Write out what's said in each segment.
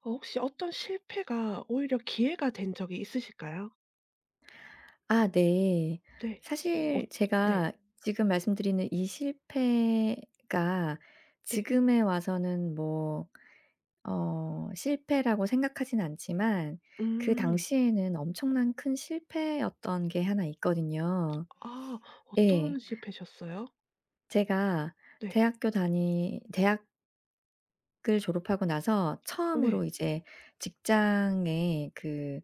혹시 어떤 실패가 오히려 기회가 된 적이 있으실까요? 아 네. 네. 어.. 사실 네. 제가 지금 말씀드리는 이 실패가 네. 지금에 와서는 뭐 실패라고 생각하진 않지만, 그 음. 당시에는 엄청난 큰 실패였던 게 하나 있거든요. 아 예. 어떤 실패셨어요? 제가 네. 대학교 다니 대학을 졸업하고 나서 네. 처음으로 이제 직장에 그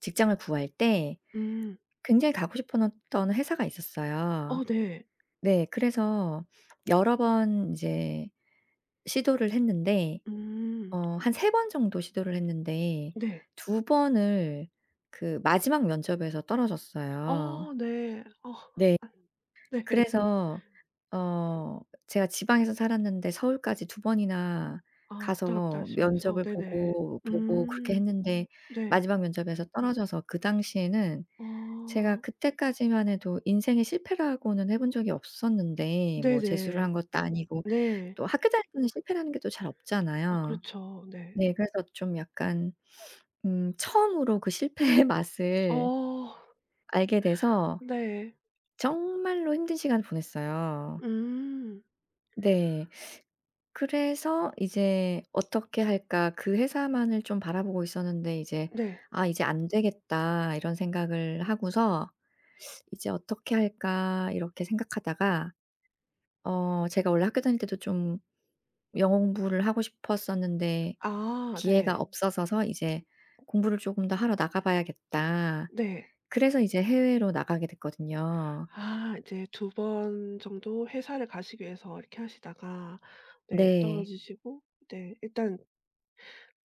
직장을 구할 때 음. 굉장히 가고 싶었던 회사가 있었어요. 어 네. 네. 그래서 여러 번 이제 시도를 했는데, 음. 한 3번 정도 시도를 했는데 네. 2번을 그 마지막 면접에서 떨어졌어요. 어 네. 어 네. 네. 그래서 어 제가 지방에서 살았는데, 서울까지 2번이나 아 왔다 갔다 가서 하시면서 면접을 네네. 보고 그렇게 음. 했는데, 네. 마지막 면접에서 떨어져서 그 당시에는, 제가 어. 그때까지만 해도 인생의 실패라고는 해본 적이 없었는데, 뭐 재수를 네네. 한 것도 아니고 네. 또 학교 다닐 때는 실패라는 게 또 잘 어 없잖아요. 그렇죠. 네. 네, 그래서 좀 약간 처음으로 그 실패의 맛을 어 알게 돼서 네. 정말로 힘든 시간을 보냈어요. 음. 네. 그래서 이제 '어떻게 할까?' 그 회사만을 좀 바라보고 있었는데, 이제 네. '아 이제 안 되겠다.' 이런 생각을 하고서 '이제 어떻게 할까?' 이렇게 생각하다가, 제가 원래 학교 다닐 때도 좀 영어 공부를 하고 싶었었는데 아 기회가 네. 없어서, 이제 '공부를 조금 더 하러 나가 봐야겠다.' 네. 그래서 이제 해외로 나가게 됐거든요. 아 이제 두 번 정도 회사를 가시기 위해서 이렇게 하시다가 네 네. 떨어지시고 네 일단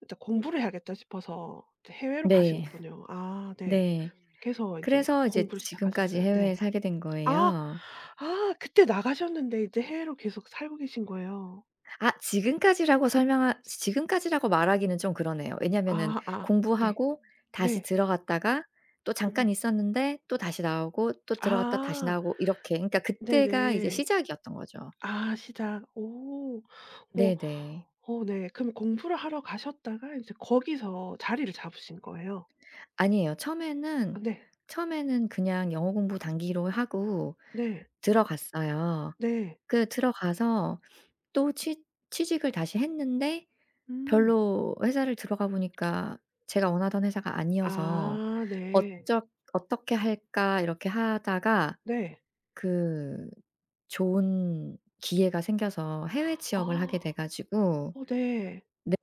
일단 '공부를 해야겠다.' 싶어서 이제 해외로 가신 네. 네. 거군요. 아 네. 네. 네. 그래서 이제 그래서 이제 공부를 지금까지 시작하셨어요. 해외에 네. 살게 된 아. 거예요. 아 그때 나가셨는데 이제 해외로 계속 살고 계신 거예요. 아, 지금까지라고 말하기는 좀 그러네요. 왜냐면은 아 아. 네. 공부하고 음. 다시 네. 들어갔다가 또 음. 잠깐 있었는데 또 다시 나오고 또 들어갔다 다시 아. 나오고, 이렇게. 그러니까 그때가 이제 네네. 시작이었던 거죠. 아 시작. 오. 뭐 네네. 어 네. 그럼 공부를 하러 가셨다가 이제 거기서 자리를 잡으신 거예요? 아니에요. 아 처음에는 네. 그냥 영어 공부 단기로 하고 네. 들어갔어요. 네. 그 들어가서 또 취 취직을 다시 했는데, 음. 별로, 회사를 들어가 보니까 제가 원하던 회사가 아니어서, 아 네. '어쩌 어떻게 할까?' 이렇게 하다가 네. 그 좋은 기회가 생겨서 해외 취업을 하게 돼 아. 가지고, 어 네. 네.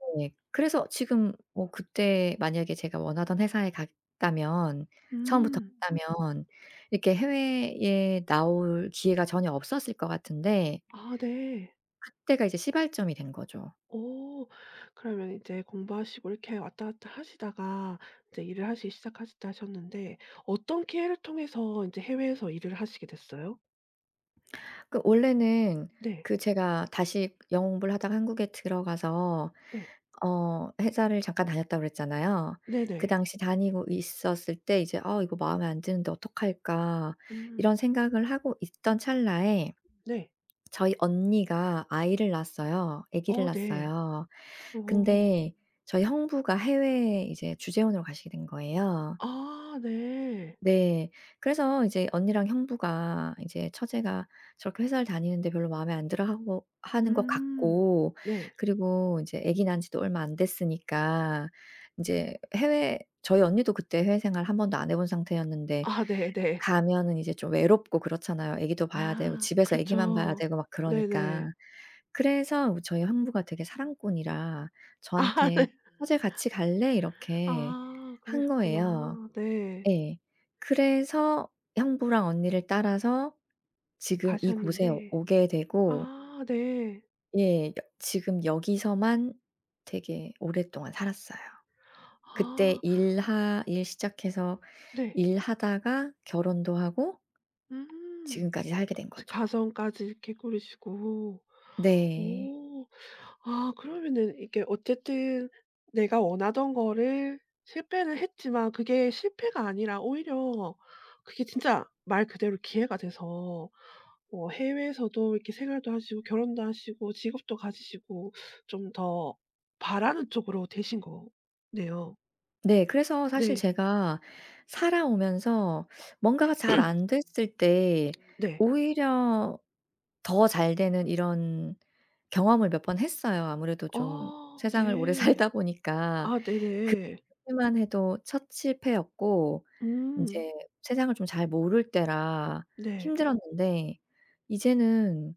그래서 지금, 뭐 그때 만약에 제가 원하던 회사에 갔다면, 처음부터 음. 갔다면 이렇게 해외에 나올 기회가 전혀 없었을 것 같은데, 아 네. 그때가 이제 시발점이 된 거죠. 오. 그러면 이제 공부하시고 이렇게 왔다 갔다 하시다가 이제 일을 하시기 시작하셨다 하셨는데 어떤 기회를 통해서 이제 해외에서 일을 하시게 됐어요? 그 원래는, 네. 그 제가 다시 영어 공부를 하다가 한국에 들어가서 네. 회사를 잠깐 다녔다고 그랬잖아요. 그 네네. 당시 다니고 있었을 때 이제 '아 이거 마음에 안 드는데 어떡할까.' 음. 이런 생각을 하고 있던 찰나에, 네. 저희 언니가 아이를 낳았어요. 아기를 어 네. 낳았어요. 어. 음. 근데 저희 형부가 해외에 이제 주재원으로 가시게 된 거예요. 아 네. 네. 그래서 이제 언니랑 형부가, 이제 처제가 저렇게 회사를 다니는데 별로 마음에 안 들어 하고 하는 것 음. 같고, 네. 그리고 이제 아기 낳은 지도 얼마 안 됐으니까 이제 해외 저희 언니도 그때 해외 생활 한 번도 안 해본 상태였는데, 아 네네. 가면은 이제 좀 외롭고 그렇잖아요. 아기도 봐야 되고, 아 집에서 아기만 봐야 그렇죠. 되고 막 네네. 그러니까. 그래서 저희 형부가 되게 사랑꾼이라 아 저한테 네. "어제 같이 갈래?" 이렇게 아 한 거예요. 그러셨구나. 네. 예. 그래서 형부랑 언니를 따라서 지금 이곳에 가셨는데 오게 되고, 아 네. 예, 여 지금 여기서만 되게 오랫동안 살았어요. 그때 아 일하 일 시작해서 네. 일하다가 결혼도 하고 음. 지금까지 살게 된 이제 거죠. 가정까지 이렇게 꾸리시고. 네. 오. 아 그러면은 이게 어쨌든 내가 원하던 거를 실패는 했지만 그게 실패가 아니라 오히려 그게 진짜 말 그대로 기회가 돼서 뭐 해외에서도 이렇게 생활도 하시고 결혼도 하시고 직업도 가지시고 좀 더 바라는 쪽으로 되신 거네요. 네, 그래서 사실 네. 제가 살아오면서 뭔가가 잘 안 됐을 때 음. 네. 오히려 더 잘 되는, 이런 경험을 몇 번 했어요. 아무래도 좀 어 네. 세상을 오래 네. 살다 보니까. 아 네네. 그때만 해도 첫 실패였고 음. 인제 세상을 좀 잘 모를 때라 네. 힘들었는데, 이제는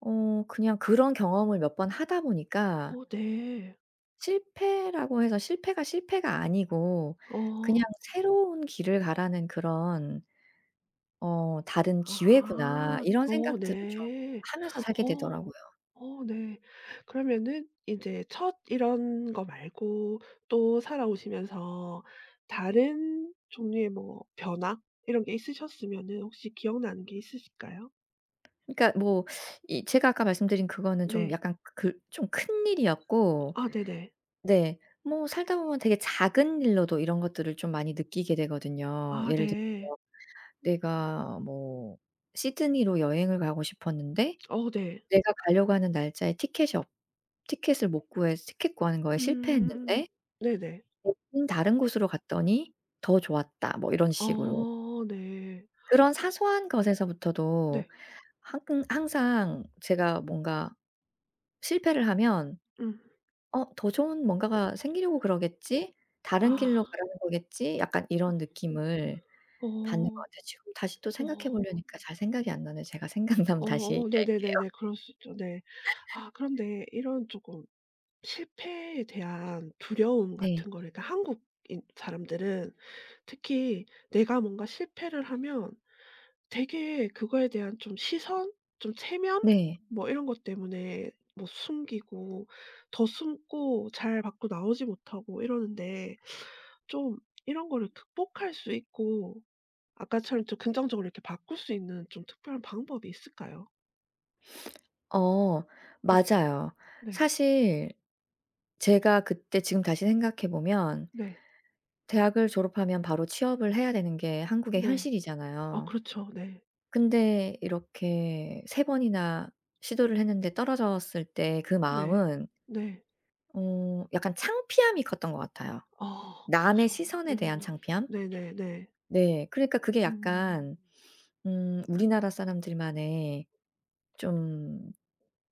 그냥 그런 경험을 몇 번 하다 보니까, 어 네. 실패라고 해서 실패가 아니고, 그냥 어. '새로운 길을 가라는 그런 어 다른 기회구나.' 아. 이런 어 생각들을 좀 네. 하면서 살게 어. 되더라고요. 어 네. 그러면은 이제 첫 이런 거 말고 또 살아오시면서 다른 종류의 뭐 변화 이런 게 있으셨으면은 혹시 기억나는 게 있으실까요? 그러니까 뭐, 이 제가 아까 말씀드린 그거는 좀 네. 약간 그, 좀 큰일이었고, 아 네네. 네, 뭐 살다 보면 되게 작은 일로도 이런 것들을 좀 많이 느끼게 되거든요. 아 예를 네. 들면, 내가 뭐 시드니로 여행을 가고 싶었는데 어 네. 내가 가려고 하는 날짜에 티켓이 없 티켓을 못 구해서 티켓 구하는 거에 음음. 실패했는데 네네. 대신 다른 곳으로 갔더니 더 좋았다, 뭐 이런 식으로. 어 네. 그런 사소한 것에서부터도 네. 항 항상 제가 뭔가 실패를 하면 음. '어 더 좋은 뭔가가 생기려고 그러겠지. 다른 길로 아. 가라는 거겠지.' 약간 이런 어 느낌을 받는 것 어. 같아요. 지금 다시 또 생각해 어. 보려니까 잘 생각이 안 나네. 제가 생각나면 어 다시 어, 이제. 네네네네. 그럴 수 있죠. 네. 아 그런데 이런 조금 실패에 대한 두려움 네. 같은 거를 그러니까 한국인 사람들은 특히 내가 뭔가 실패를 하면 되게 그거에 대한 좀 시선, 좀 체면 네. 뭐 이런 것 때문에 뭐 숨기고 더 숨고 잘 밖으로 나오지 못하고 이러는데 좀 이런 거를 극복할 수 있고 아까처럼 좀 긍정적으로 이렇게 바꿀 수 있는 좀 특별한 방법이 있을까요? 어 네. 맞아요. 네. 사실 제가 그때, 지금 다시 생각해 보면, 네. 대학을 졸업하면 바로 취업을 해야 되는 게 한국의 네. 어 현실이잖아요. 그렇죠. 네. 근데 이렇게 3번이나 시도를 했는데 떨어졌을 때 그 네. 마음은 네. 약간 창피함이 컸던 것 같아요. 아 남의 그렇죠. 시선에 대한 음. 창피함? 네네네. 네. 그러니까 그게 음. 약간 우리나라 사람들만의 좀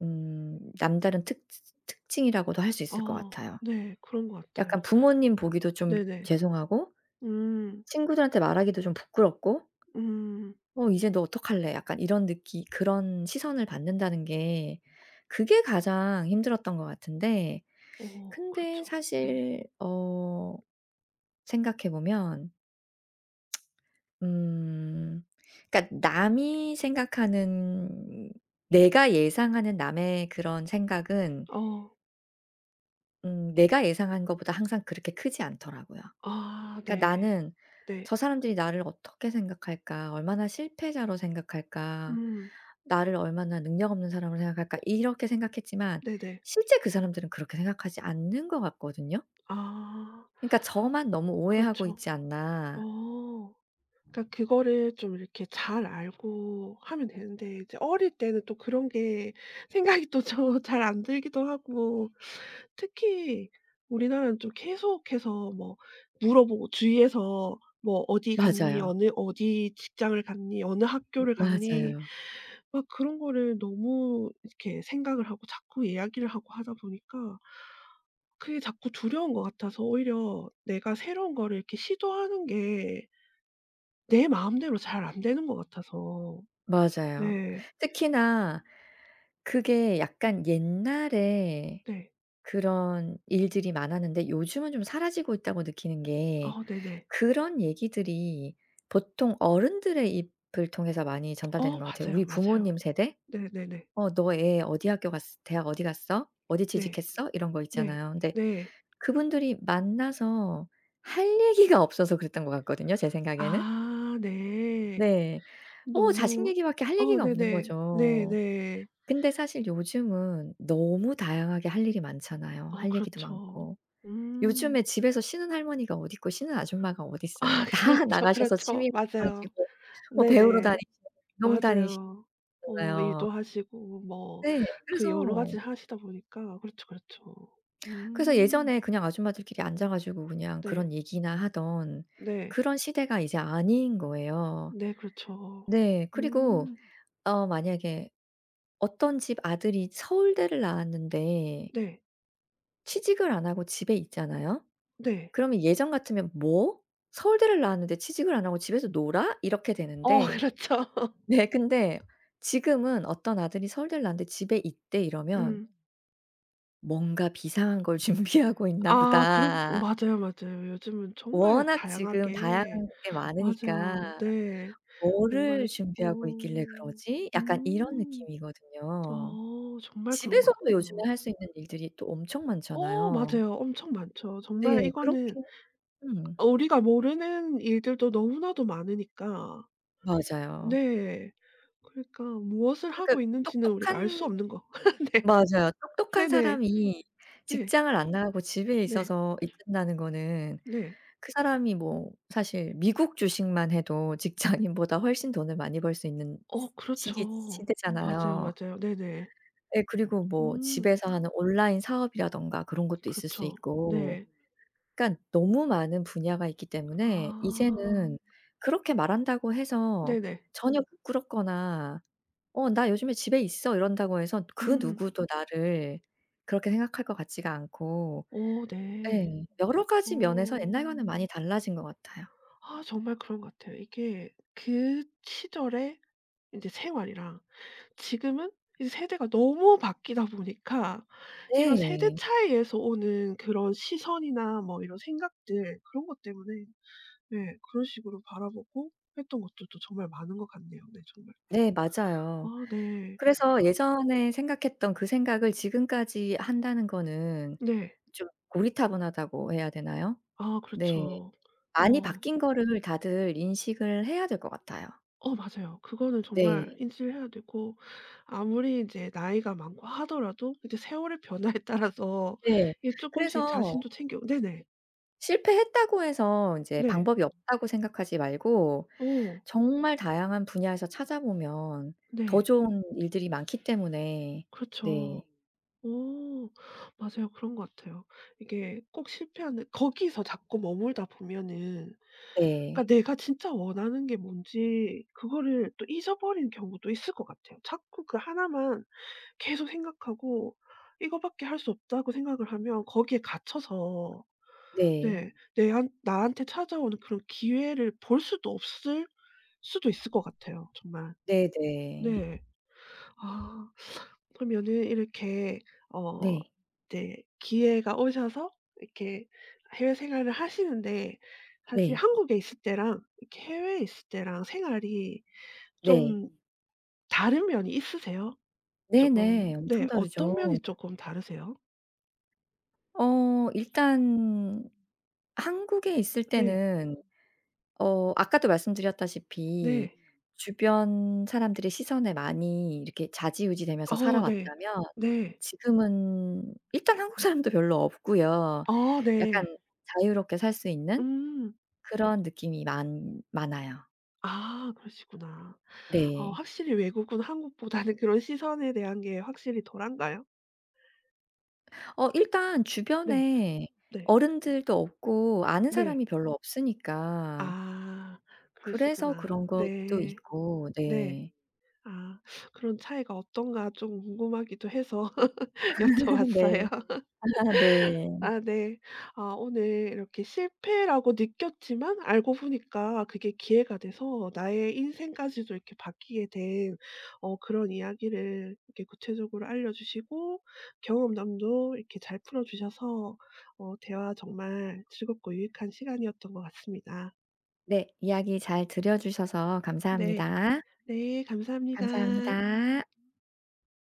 남다른 특 특징이라고도 할 수 있을 것 어 같아요. 네. 그런 것 같아요. 약간 부모님 보기도 좀 네네. 죄송하고, 음. 친구들한테 말하기도 좀 부끄럽고, 음. '어 이제 너 어떡할래?' 약간 이런 느끼 그런 시선을 받는다는 게, 그게 가장 힘들었던 것 같은데. 어 근데 그렇죠. 네. 사실 생각해 보면 음 그러니까 남이 생각하는, 내가 예상하는 남의 그런 생각은 어. 내가 예상한 것보다 항상 그렇게 크지 않더라고요. 아 그러니까 네. 나는 네. '저 사람들이 나를 어떻게 생각할까? 얼마나 실패자로 생각할까? 음. 나를 얼마나 능력 없는 사람으로 생각할까?' 이렇게 생각했지만 네네. 실제 그 사람들은 그렇게 생각하지 않는 것 같거든요. 아 그러니까 저만 너무 오해하고 그렇죠. 있지 않나. 어. 그러니까 그거를 좀 이렇게 잘 알고 하면 되는데 이제 어릴 때는 또 그런 게 생각이 또 저 잘 안 들기도 하고 특히 우리나라는 좀 계속해서 뭐 물어보고 주위에서 뭐 "어디 갔니? 맞아요. 어느 어디 직장을 갔니? 어느 학교를 갔니?" 맞아요. 막 그런 거를 너무 이렇게 생각을 하고 자꾸 이야기를 하고 하다 보니까 그게 자꾸 두려운 것 같아서 오히려 내가 새로운 거를 이렇게 시도하는 게 내 마음대로 잘 안 되는 것 같아서 맞아요. 네. 특히나 그게 약간 옛날에 네. 그런 일들이 많았는데 요즘은 좀 사라지고 있다고 느끼는 게, 어 네네. 그런 얘기들이 보통 어른들의 입을 통해서 많이 어 전달되는 것 같아요. 맞아요, 우리 맞아요. 부모님 세대? 네네네. 네. "어 너 애 어디 학교 갔어 대학 어디 갔어? 어디 네. 취직했어?" 이런 거 네. 있잖아요. 근데 네, 네. 그분들이 만나서 할 얘기가 없어서 그랬던 것 같거든요, 제 생각에는. 아 네. 네. 자식 너무 얘기밖에 할 어 얘기가 없는 네네. 거죠. 네네. 근데 사실 요즘은 너무 다양하게 할 일이 많잖아요. 어 할 얘기도 그렇죠. 많고. 음. 요즘에 집에서 쉬는 할머니가 어디 있고 쉬는 아줌마가 어디 있어요. 아 다 그렇죠, 나가셔서 취미 그렇죠. 맞아요. 하시고, 뭐 배우러 네네. 다니시고, 운동 맞아요. 어 다니시잖아요. 일도 하시고 뭐 네. 그 여러 그래서, 가지 하시다 보니까 그렇죠, 그렇죠. 음. 예전에 그냥 아줌마들끼리 앉아 가지고 그냥 네. 그런 얘기나 하던 네. 그런 시대가 이제 아닌 거예요. 네 그렇죠. 네. 그리고 음. 만약에 어떤 집 아들이 서울대를 나왔는데 네. 취직을 안 하고 집에 있잖아요. 네. 그러면 예전 같으면 "뭐? 서울대를 나왔는데 취직을 안 하고 집에서 놀아?" 이렇게 어 되는데, 그렇죠. 네, 근데 지금은 어떤 아들이 "서울대를 나왔는데 집에 있대." 이러면 음. '뭔가 비상한 걸 준비하고 있나 아 그렇 보다.' 맞아요, 맞아요. 요즘은 정말 워낙 지금 다양한 다양하게 게 많으니까 맞아요. 네. 뭔가 '뭐를 수 어. 준비하고 있길래 그러지?' 약간 이런 음. 느낌이거든요. 어 정말 그런 것 집에서도 요즘에 같아요. 할 수 있는 일들이 또 엄청 어 많잖아요. 맞아요. 엄청 많죠. 정말 네, 이거는 그렇게 음 우리가 모르는 일들도 너무나도 많으니까. 맞아요. 네. 그러니까 무엇을 하고 그러니까 있는지는 우리가 알 수 똑똑한, 없는 거. 네. 맞아요, 똑똑한 네네. 사람이 네. 직장을 안 나가고 집에 네. 있어서 있다는 거는, 네. 그 사람이 뭐 사실 미국 주식만 해도 직장인보다 훨씬 돈을 많이 벌 수 있는 어 시기 그렇죠. 맞아요, 시대잖아요. 맞아요. 네네. 예, 그리고 뭐 음. 집에서 하는 온라인 사업이라든가 그런 것도 있을 수 그렇죠. 있고, 네. 그러니까 너무 많은 분야가 있기 아. 때문에 이제는 그렇게 말한다고 해서 네네. 전혀 부끄럽거나 "나 요즘에 집에 있어." 이런다고 해서 그 음. 누구도 나를 그렇게 생각할 것 같지가 않고. 어 네. 예. 여러 가지 면에서 어. 옛날과는 많이 달라진 것 같아요. 아 정말 그런 것 같아요. 이게 그 시절의 이제 생활이랑 지금은 이 세대가 너무 바뀌다 보니까 이런 세대 네. 차이에서 오는 그런 시선이나 뭐 이런 생각들 그런 것 때문에 네 그런 식으로 바라보고 했던 것도 또 정말 많은 것 같네요. 네 정말. 네, 맞아요. 아 네. 그래서 예전에 생각했던 그 생각을 지금까지 한다는 거는 네. 좀 고리타분하다고 해야 되나요? 아 네. 그렇죠. 많이 어. 바뀐 거를 다들 인식을 해야 될 것 같아요. 어 맞아요. 그거는 정말 네. 인지를 해야 되고 아무리 이제 나이가 많고 하더라도 이제 세월의 변화에 따라서 네. 이게 조금씩 그래서 자신도 챙겨 네네. 실패했다고 해서 이제 네. 방법이 없다고 생각하지 말고 어 정말 다양한 분야에서 찾아보면 더 네. 좋은 일들이 많기 때문에. 네. 그렇죠. 어 맞아요. 그런 것 같아요. 이게 꼭 실패하는 거기서 자꾸 머물다 보면은 네. 그러니까 내가 진짜 원하는 게 뭔지 그거를 또 잊어버리는 경우도 있을 것 같아요. 자꾸 그 하나만 계속 생각하고 이거밖에 할 수 없다고 생각을 하면 거기에 갇혀서 네. 네 내한 나한테 찾아오는 그런 기회를 볼 수도 없을 수도 있을 것 같아요 정말. 네 네. 네. 네. 아 그러면은 이렇게 어 네. 네 기회가 오셔서 이렇게 해외 생활을 하시는데 사실 네. 한국에 있을 때랑 이렇게 해외에 있을 때랑 생활이 네. 좀 다른 면이 있으세요? 조금 네네. 네 엄청 어떤 면이 다르죠. 조금 다르세요? 일단 한국에 있을 네. 때는 아까도 말씀드렸다시피 네. 주변 사람들의 시선에 많이 이렇게 좌지우지 되면서 어 네. 살아왔다면, 네. 지금은 일단 한국 사람도 별로 없고요. 아 네. 약간 자유롭게 살 수 있는 음. 그런 느낌이 많 많아요. 아 그러시구나. 어 네. 확실히 외국은 한국보다는 그런 시선에 대한 게 확실히 덜한가요? 일단 네. 주변에 네. 어른들도 없고 아는 네. 사람이 별로 없으니까. 아 그래서 그러시구나. 그런 것도 네. 있고. 네. 네. 아 그런 차이가 어떤가 좀 궁금하기도 해서 네. 여쭤봤어요. 아 네. 아 네. 아 오늘 이렇게 실패라고 느꼈지만 알고 보니까 그게 기회가 돼서 나의 인생까지도 이렇게 바뀌게 된 그런 이야기를 이렇게 구체적으로 알려 주시고 경험담도 이렇게 잘 풀어 주셔서 대화 정말 즐겁고 유익한 시간이었던 것 같습니다. 네. 이야기 잘 들려 주셔서 네. 감사합니다. 네 감사합니다. 감사합니다.